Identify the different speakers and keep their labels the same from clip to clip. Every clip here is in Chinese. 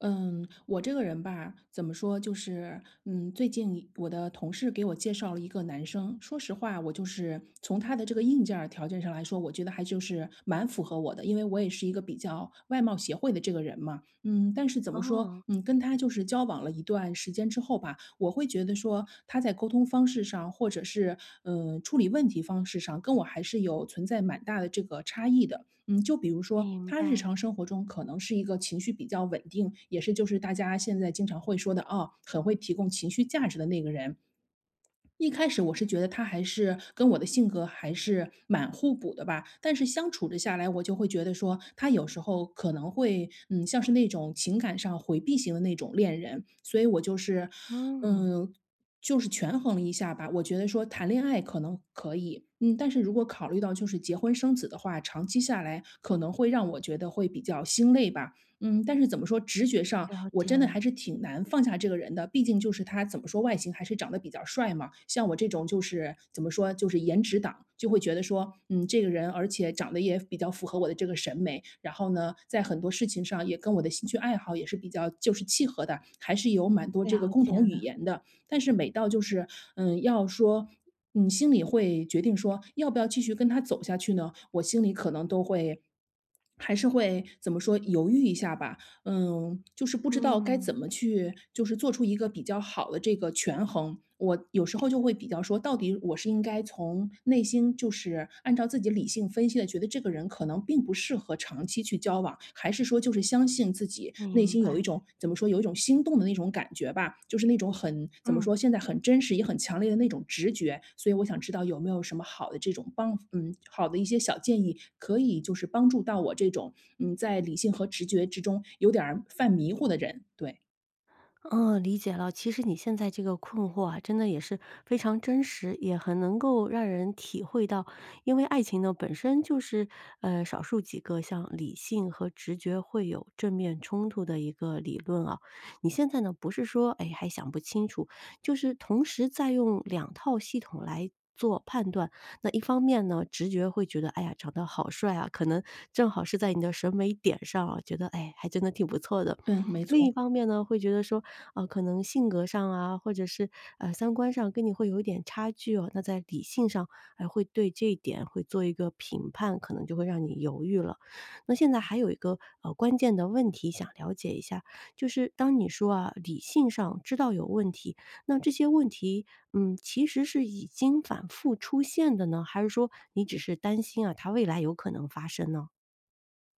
Speaker 1: 嗯，我这个人吧，怎么说，就是，最近我的同事给我介绍了一个男生，说实话，我就是从他的这个硬件儿条件上来说，我觉得还就是蛮符合我的，因为我也是一个比较外貌协会的这个人嘛，但是怎么说，
Speaker 2: 哦，
Speaker 1: 跟他就是交往了一段时间之后吧，我会觉得说他在沟通方式上，或者是处理问题方式上，跟我还是有存在蛮大的这个差异的，就比如说
Speaker 2: 明
Speaker 1: 他日
Speaker 2: 白，
Speaker 1: 常生活中可能是一个情绪比较稳定，也是就是大家现在经常会说的啊，很会提供情绪价值的那个人。一开始我是觉得他还是跟我的性格还是蛮互补的吧，但是相处着下来，我就会觉得说，他有时候可能会，像是那种情感上回避型的那种恋人，所以我就是，
Speaker 2: 嗯，
Speaker 1: 嗯，就是权衡了一下吧。我觉得说谈恋爱可能可以，但是如果考虑到就是结婚生子的话，长期下来可能会让我觉得会比较心累吧。但是怎么说，直觉上
Speaker 2: 了
Speaker 1: 我
Speaker 2: 解
Speaker 1: 真的
Speaker 2: 了，
Speaker 1: 还是挺难放下这个人的，毕竟就是他怎么说，外形还是长得比较帅嘛。像我这种就是怎么说，就是颜值党，就会觉得说，这个人而且长得也比较符合我的这个审美，然后呢，在很多事情上也跟我的兴趣爱好也是比较就是契合的，还是有蛮多这个
Speaker 2: 了
Speaker 1: 共
Speaker 2: 解
Speaker 1: 同语
Speaker 2: 了，
Speaker 1: 言的。但是每到就是，要说心里会决定说要不要继续跟他走下去呢，我心里可能都会还是会怎么说，犹豫一下吧。就是不知道该
Speaker 2: 嗯，
Speaker 1: 怎么去就是做出一个比较好的这个权衡。我有时候就会比较说，到底我是应该从内心就是按照自己理性分析的，觉得这个人可能并不适合长期去交往，还是说就是相信自己内
Speaker 2: 明
Speaker 1: 心
Speaker 2: 白，
Speaker 1: 一种怎么说，有一种心动的那种感觉吧，就是那种很怎么
Speaker 2: 嗯。
Speaker 1: 说，现在很真实也很强烈的那种直觉。所以我想知道有没有什么好的这种好的一些小建议，可以就是帮助到我这种，在理性和直觉之中有点儿犯迷糊的人。对，
Speaker 2: 嗯，理解了。其实你现在这个困惑啊，真的也是非常真实，也很能够让人体会到。因为爱情呢，本身就是少数几个像理性和直觉会有正面冲突的一个理论啊。你现在呢，不是说哎还想不清楚，就是同时在用两套系统来做判断，那一方面呢，直觉会觉得，哎呀，长得好帅啊，可能正好是在你的审美点上啊，觉得哎，还真的挺不错的。
Speaker 1: 嗯，没
Speaker 2: 另一
Speaker 1: 错。
Speaker 2: 方面呢，会觉得说，啊，可能性格上啊，或者是三观上跟你会有一点差距哦。那在理性上，会对这一点会做一个评判，可能就会让你犹豫了。那现在还有一个关键的问题想了解一下，就是当你说啊理性上知道有问题，那这些问题，嗯，其实是已经反复出现的呢，还是说你只是担心啊它未来有可能发生呢？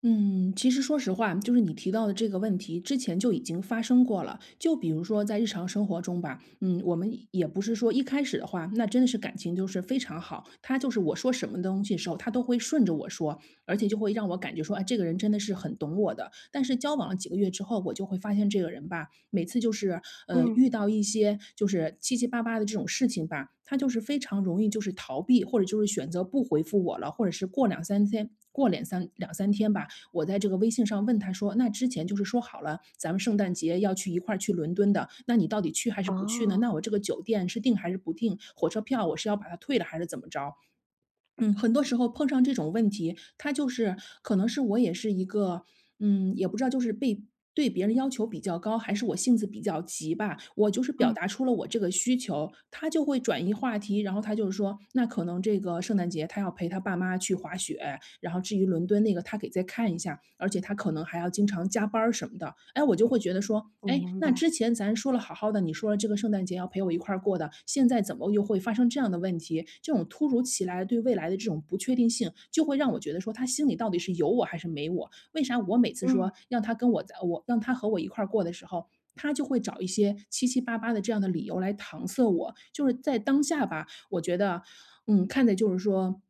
Speaker 1: 嗯，其实说实话，就是你提到的这个问题，之前就已经发生过了。就比如说在日常生活中吧，我们也不是说一开始的话，那真的是感情就是非常好，他就是我说什么东西的时候，他都会顺着我说，而且就会让我感觉说，啊，这个人真的是很懂我的。但是交往了几个月之后，我就会发现这个人吧，每次就是
Speaker 2: 嗯，
Speaker 1: 遇到一些就是七七八八的这种事情吧，他就是非常容易就是逃避，或者就是选择不回复我了，或者是过两三天吧，我在这个微信上问他说："那之前就是说好了，咱们圣诞节要去一块儿去伦敦的，那你到底去还是不去呢？那
Speaker 2: 哦，
Speaker 1: 我这个酒店是订还是不订？火车票我是要把它退了还是怎么着？"嗯，很多时候碰上这种问题，他就是可能是我也是一个，也不知道就是被对别人要求比较高，还是我性子比较急吧。我就是表
Speaker 2: 嗯，
Speaker 1: 达出了我这个需求，他就会转移话题，然后他就是说，那可能这个圣诞节他要陪他爸妈去滑雪，然后至于伦敦那个，他给再看一下，而且他可能还要经常加班儿什么的。哎，我就会觉得说，哎，
Speaker 2: 明
Speaker 1: 那之
Speaker 2: 白，
Speaker 1: 前咱说了好好的，你说了这个圣诞节要陪我一块儿过的，现在怎么又会发生这样的问题？这种突如其来对未来的这种不确定性，就会让我觉得说，他心里到底是有我还是没我？为啥我每次
Speaker 2: 嗯
Speaker 1: 说让他跟我在我让他和我一块儿过的时候，他就会找一些七七八八的这样的理由来搪塞我，就是在当下吧，我觉得，看的就是说，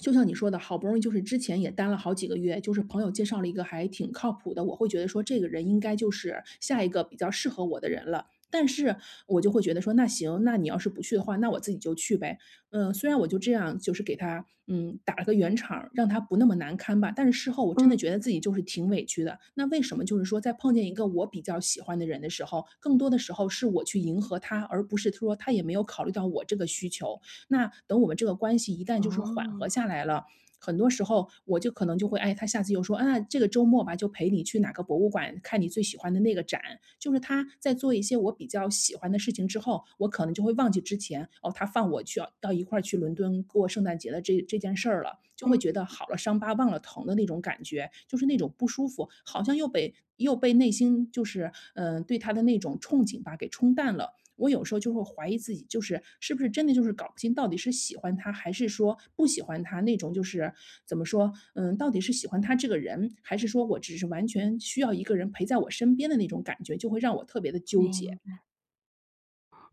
Speaker 1: 就像你说的，好不容易就是之前也单了好几个月，就是朋友介绍了一个还挺靠谱的，我会觉得说这个人应该就是下一个比较适合我的人了。但是我就会觉得说，那行，那你要是不去的话，那我自己就去呗。虽然我就这样就是给他，打了个圆场让他不那么难堪吧，但是事后我真的
Speaker 2: 嗯。
Speaker 1: 觉得自己就是挺委屈的。那为什么就是说在碰见一个我比较喜欢的人的时候，更多的时候是我去迎合他，而不是说他也没有考虑到我这个需求。那等我们这个关系一旦就是缓
Speaker 2: 哦，
Speaker 1: 和下来了，很多时候我就可能就会，哎，他下次又说啊，这个周末吧，就陪你去哪个博物馆看你最喜欢的那个展。就是他在做一些我比较喜欢的事情之后，我可能就会忘记之前哦，他放我去到一块儿去伦敦过圣诞节的这件事儿了，就会
Speaker 2: 嗯，
Speaker 1: 觉得好了，伤疤忘了疼的那种感觉，就是那种不舒服，好像又被内心就是对他的那种憧憬吧给冲淡了。我有时候就会怀疑自己，就是是不是真的就是搞不清到底是喜欢他还是说不喜欢他那种，就是怎么说，到底是喜欢他这个人，还是说我只是完全需要一个人陪在我身边的那种感觉，就会让我特别的纠
Speaker 2: 明
Speaker 1: 结。
Speaker 2: 白。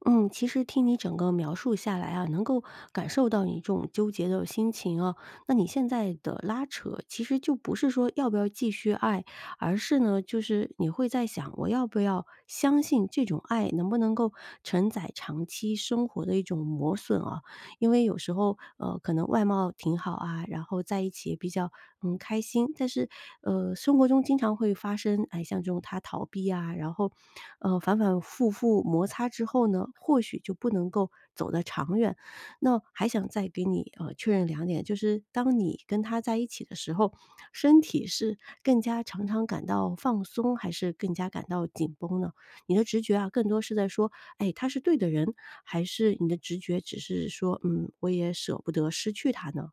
Speaker 2: 嗯，其实听你整个描述下来啊，能够感受到你这种纠结的心情啊。那你现在的拉扯，其实就不是说要不要继续爱，而是呢，就是你会在想，我要不要相信这种爱能不能够承载长期生活的一种磨损啊？因为有时候，可能外貌挺好啊，然后在一起也比较，嗯，开心，但是，生活中经常会发生，哎，像这种他逃避啊，然后，反反复复摩擦之后呢，或许就不能够走得长远。那还想再给你，确认两点，就是当你跟他在一起的时候，身体是更加常常感到放松，还是更加感到紧绷呢？你的直觉啊，更多是在说，哎，他是对的人，还是你的直觉只是说，嗯，我也舍不得失去他呢？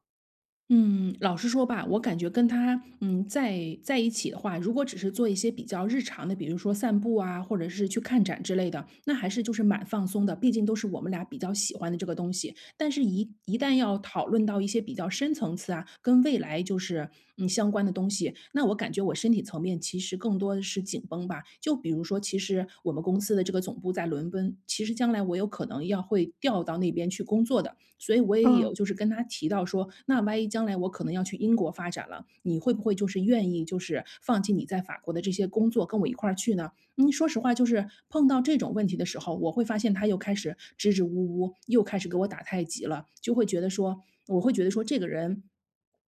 Speaker 1: 嗯，老实说吧，我感觉跟他，在一起的话，如果只是做一些比较日常的，比如说散步啊，或者是去看展之类的，那还是就是蛮放松的，毕竟都是我们俩比较喜欢的这个东西。但是一旦要讨论到一些比较深层次啊，跟未来就是相关的东西，那我感觉我身体层面其实更多的是紧绷吧。就比如说，其实我们公司的这个总部在伦敦，其实将来我有可能要会调到那边去工作的，所以我也
Speaker 2: 嗯，
Speaker 1: 有就是跟他提到说，那万一将来我可能要去英国发展了，你会不会就是愿意就是放弃你在法国的这些工作跟我一块儿去呢？说实话，就是碰到这种问题的时候，我会发现他又开始支支吾吾，又开始给我打太极了，就会觉得说，我会觉得说这个人。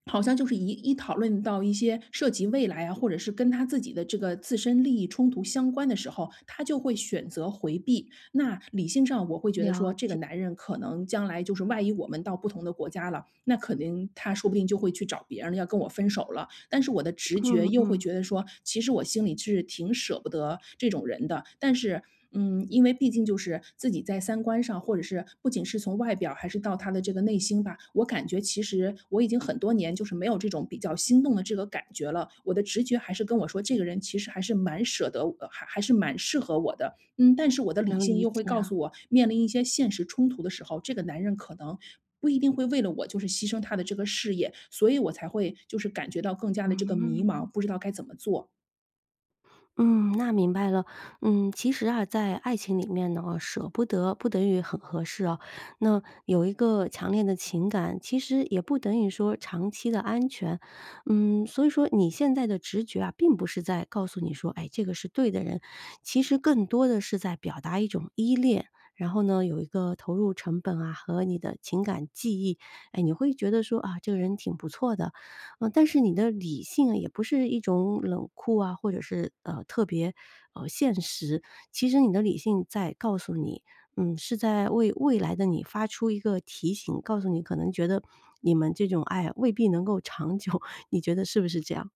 Speaker 1: 好像就是一讨论到一些涉及未来啊，或者是跟他自己的这个自身利益冲突相关的时候，他就会选择回避，那理性上我会觉得
Speaker 2: 了
Speaker 1: 说，这个
Speaker 2: 解。
Speaker 1: 男人可能将来就是万一我们到不同的国家了，那肯定他说不定就会去找别人了要跟我分手了。但是我的直觉
Speaker 2: 嗯
Speaker 1: 又会
Speaker 2: 嗯，
Speaker 1: 觉得说，其实我心里是挺舍不得这种人的，但是。嗯，因为毕竟就是自己在三观上，或者是不仅是从外表，还是到他的这个内心吧，我感觉其实我已经很多年就是没有这种比较心动的这个感觉了。我的直觉还是跟我说，这个人其实还是蛮舍得，还是蛮适合我的。嗯，但是我的理
Speaker 2: 能
Speaker 1: 性
Speaker 2: 理
Speaker 1: 又会
Speaker 2: 解
Speaker 1: 告
Speaker 2: 啊。
Speaker 1: 诉我，面临一些现实冲突的时候，这个男人可能不一定会为了我就是牺牲他的这个事业，所以我才会就是感觉到更加的这个迷茫，不知道该怎么做。
Speaker 2: 嗯，那明白了。嗯，其实啊，在爱情里面呢，舍不得不等于很合适哦。那有一个强烈的情感，其实也不等于说长期的安全。嗯，所以说你现在的直觉啊，并不是在告诉你说，哎，这个是对的人，其实更多的是在表达一种依恋。然后呢，有一个投入成本啊和你的情感记忆，哎，你会觉得说啊，这个人挺不错的，啊，但是你的理性啊，也不是一种冷酷啊，或者是特别现实。其实你的理性在告诉你，嗯，是在为未来的你发出一个提醒，告诉你可能觉得你们这种爱啊未必能够长久，你觉得是不是这样？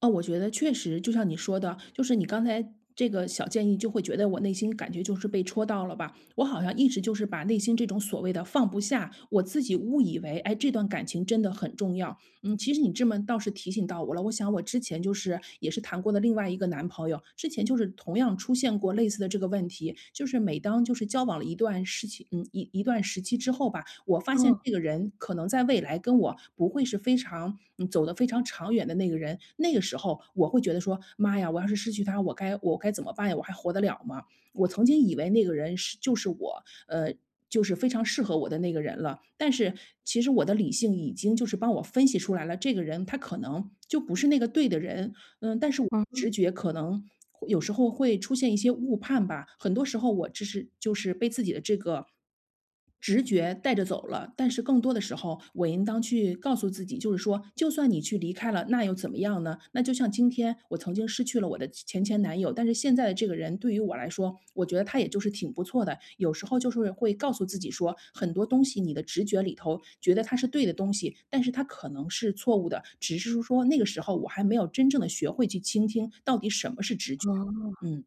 Speaker 1: 啊，我觉得确实就像你说的，就是你刚才这个小建议就会觉得我内心感觉就是被戳到了吧，我好像一直就是把内心这种所谓的放不下，我自己误以为，哎，这段感情真的很重要，嗯，其实你这么倒是提醒到我了。我想我之前就是也是谈过的另外一个男朋友，之前就是同样出现过类似的这个问题，就是每当就是交往了一段时期，一段时期之后吧，我发
Speaker 2: 嗯
Speaker 1: 现
Speaker 2: 嗯
Speaker 1: 这个人可能在未来跟我不会是非常走得非常长远的那个人，那个时候我会觉得说，妈呀，我要是失去他，我该怎么办呀？我还活得了吗？我曾经以为那个人是就是我，呃，就是非常适合我的那个人了。但是其实我的理性已经就是帮我分析出来了，这个人他可能就不是那个对的人。嗯，但是我
Speaker 2: 嗯
Speaker 1: 直
Speaker 2: 嗯。
Speaker 1: 觉可能有时候会出现一些误判吧，很多时候我只是就是被自己的这个直觉带着走了，但是更多的时候，我应当去告诉自己，就是说，就算你去离开了，那又怎么样呢？那就像今天我曾经失去了我的前前男友，但是现在的这个人对于我来说，我觉得他也就是挺不错的。有时候就是会告诉自己说，很多东西你的直觉里头觉得他是对的东西，但是他可能是错误的，只是说那个时候我还没有真正的学会去倾听到底什么是直觉。
Speaker 2: 嗯。
Speaker 1: 嗯。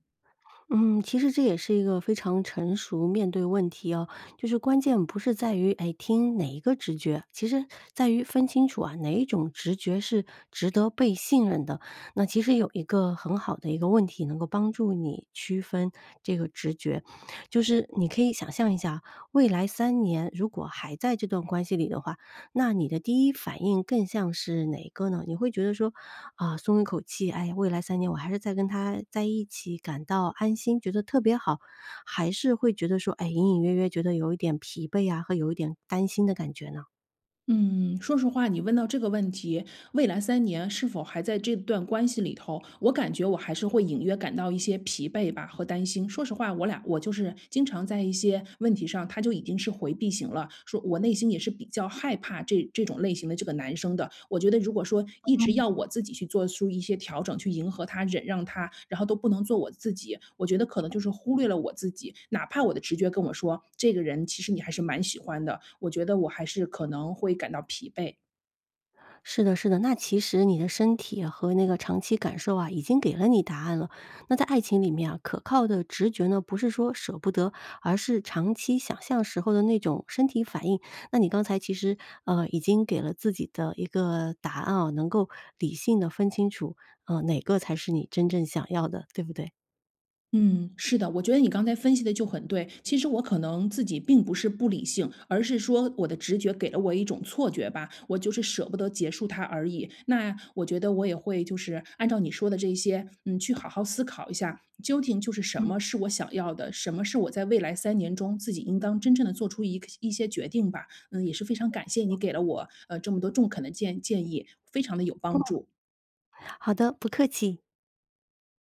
Speaker 2: 嗯，其实这也是一个非常成熟面对问题哦，就是关键不是在于，哎，听哪一个直觉，其实在于分清楚啊，哪一种直觉是值得被信任的。那其实有一个很好的一个问题能够帮助你区分这个直觉，就是你可以想象一下啊，未来三年如果还在这段关系里的话，那你的第一反应更像是哪个呢？你会觉得说，啊，松一口气，哎呀未来三年我还是在跟他在一起，感到安心，觉得特别好，还是会觉得说，哎，隐隐约约觉得有一点疲惫啊，和有一点担心的感觉呢？
Speaker 1: 嗯，说实话，你问到这个问题，未来三年是否还在这段关系里头，我感觉我还是会隐约感到一些疲惫吧和担心。说实话，我俩我就是经常在一些问题上，他就已经是回避型了，说我内心也是比较害怕这种类型的这个男生的。我觉得如果说一直要我自己去做出一些调整，去迎合他、忍让他，然后都不能做我自己，我觉得可能就是忽略了我自己。哪怕我的直觉跟我说，这个人其实你还是蛮喜欢的，我觉得我还是可能会感到疲惫。
Speaker 2: 是的，是的，那其实你的身体和那个长期感受啊，已经给了你答案了。那在爱情里面啊，可靠的直觉呢，不是说舍不得，而是长期想象时候的那种身体反应。那你刚才其实已经给了自己的一个答案啊，能够理性的分清楚，哪个才是你真正想要的，对不对？
Speaker 1: 嗯，是的，我觉得你刚才分析的就很对。其实我可能自己并不是不理性，而是说我的直觉给了我一种错觉吧，我就是舍不得结束它而已。那我觉得我也会就是按照你说的这些，嗯，去好好思考一下，究竟就是什
Speaker 2: 嗯，
Speaker 1: 么是我想要的，什么是我在未来三年中自己应当真正的做出一些决定吧。嗯，也是非常感谢你给了我这么多中肯的建议，非常的有帮助。
Speaker 2: 好的，不客气。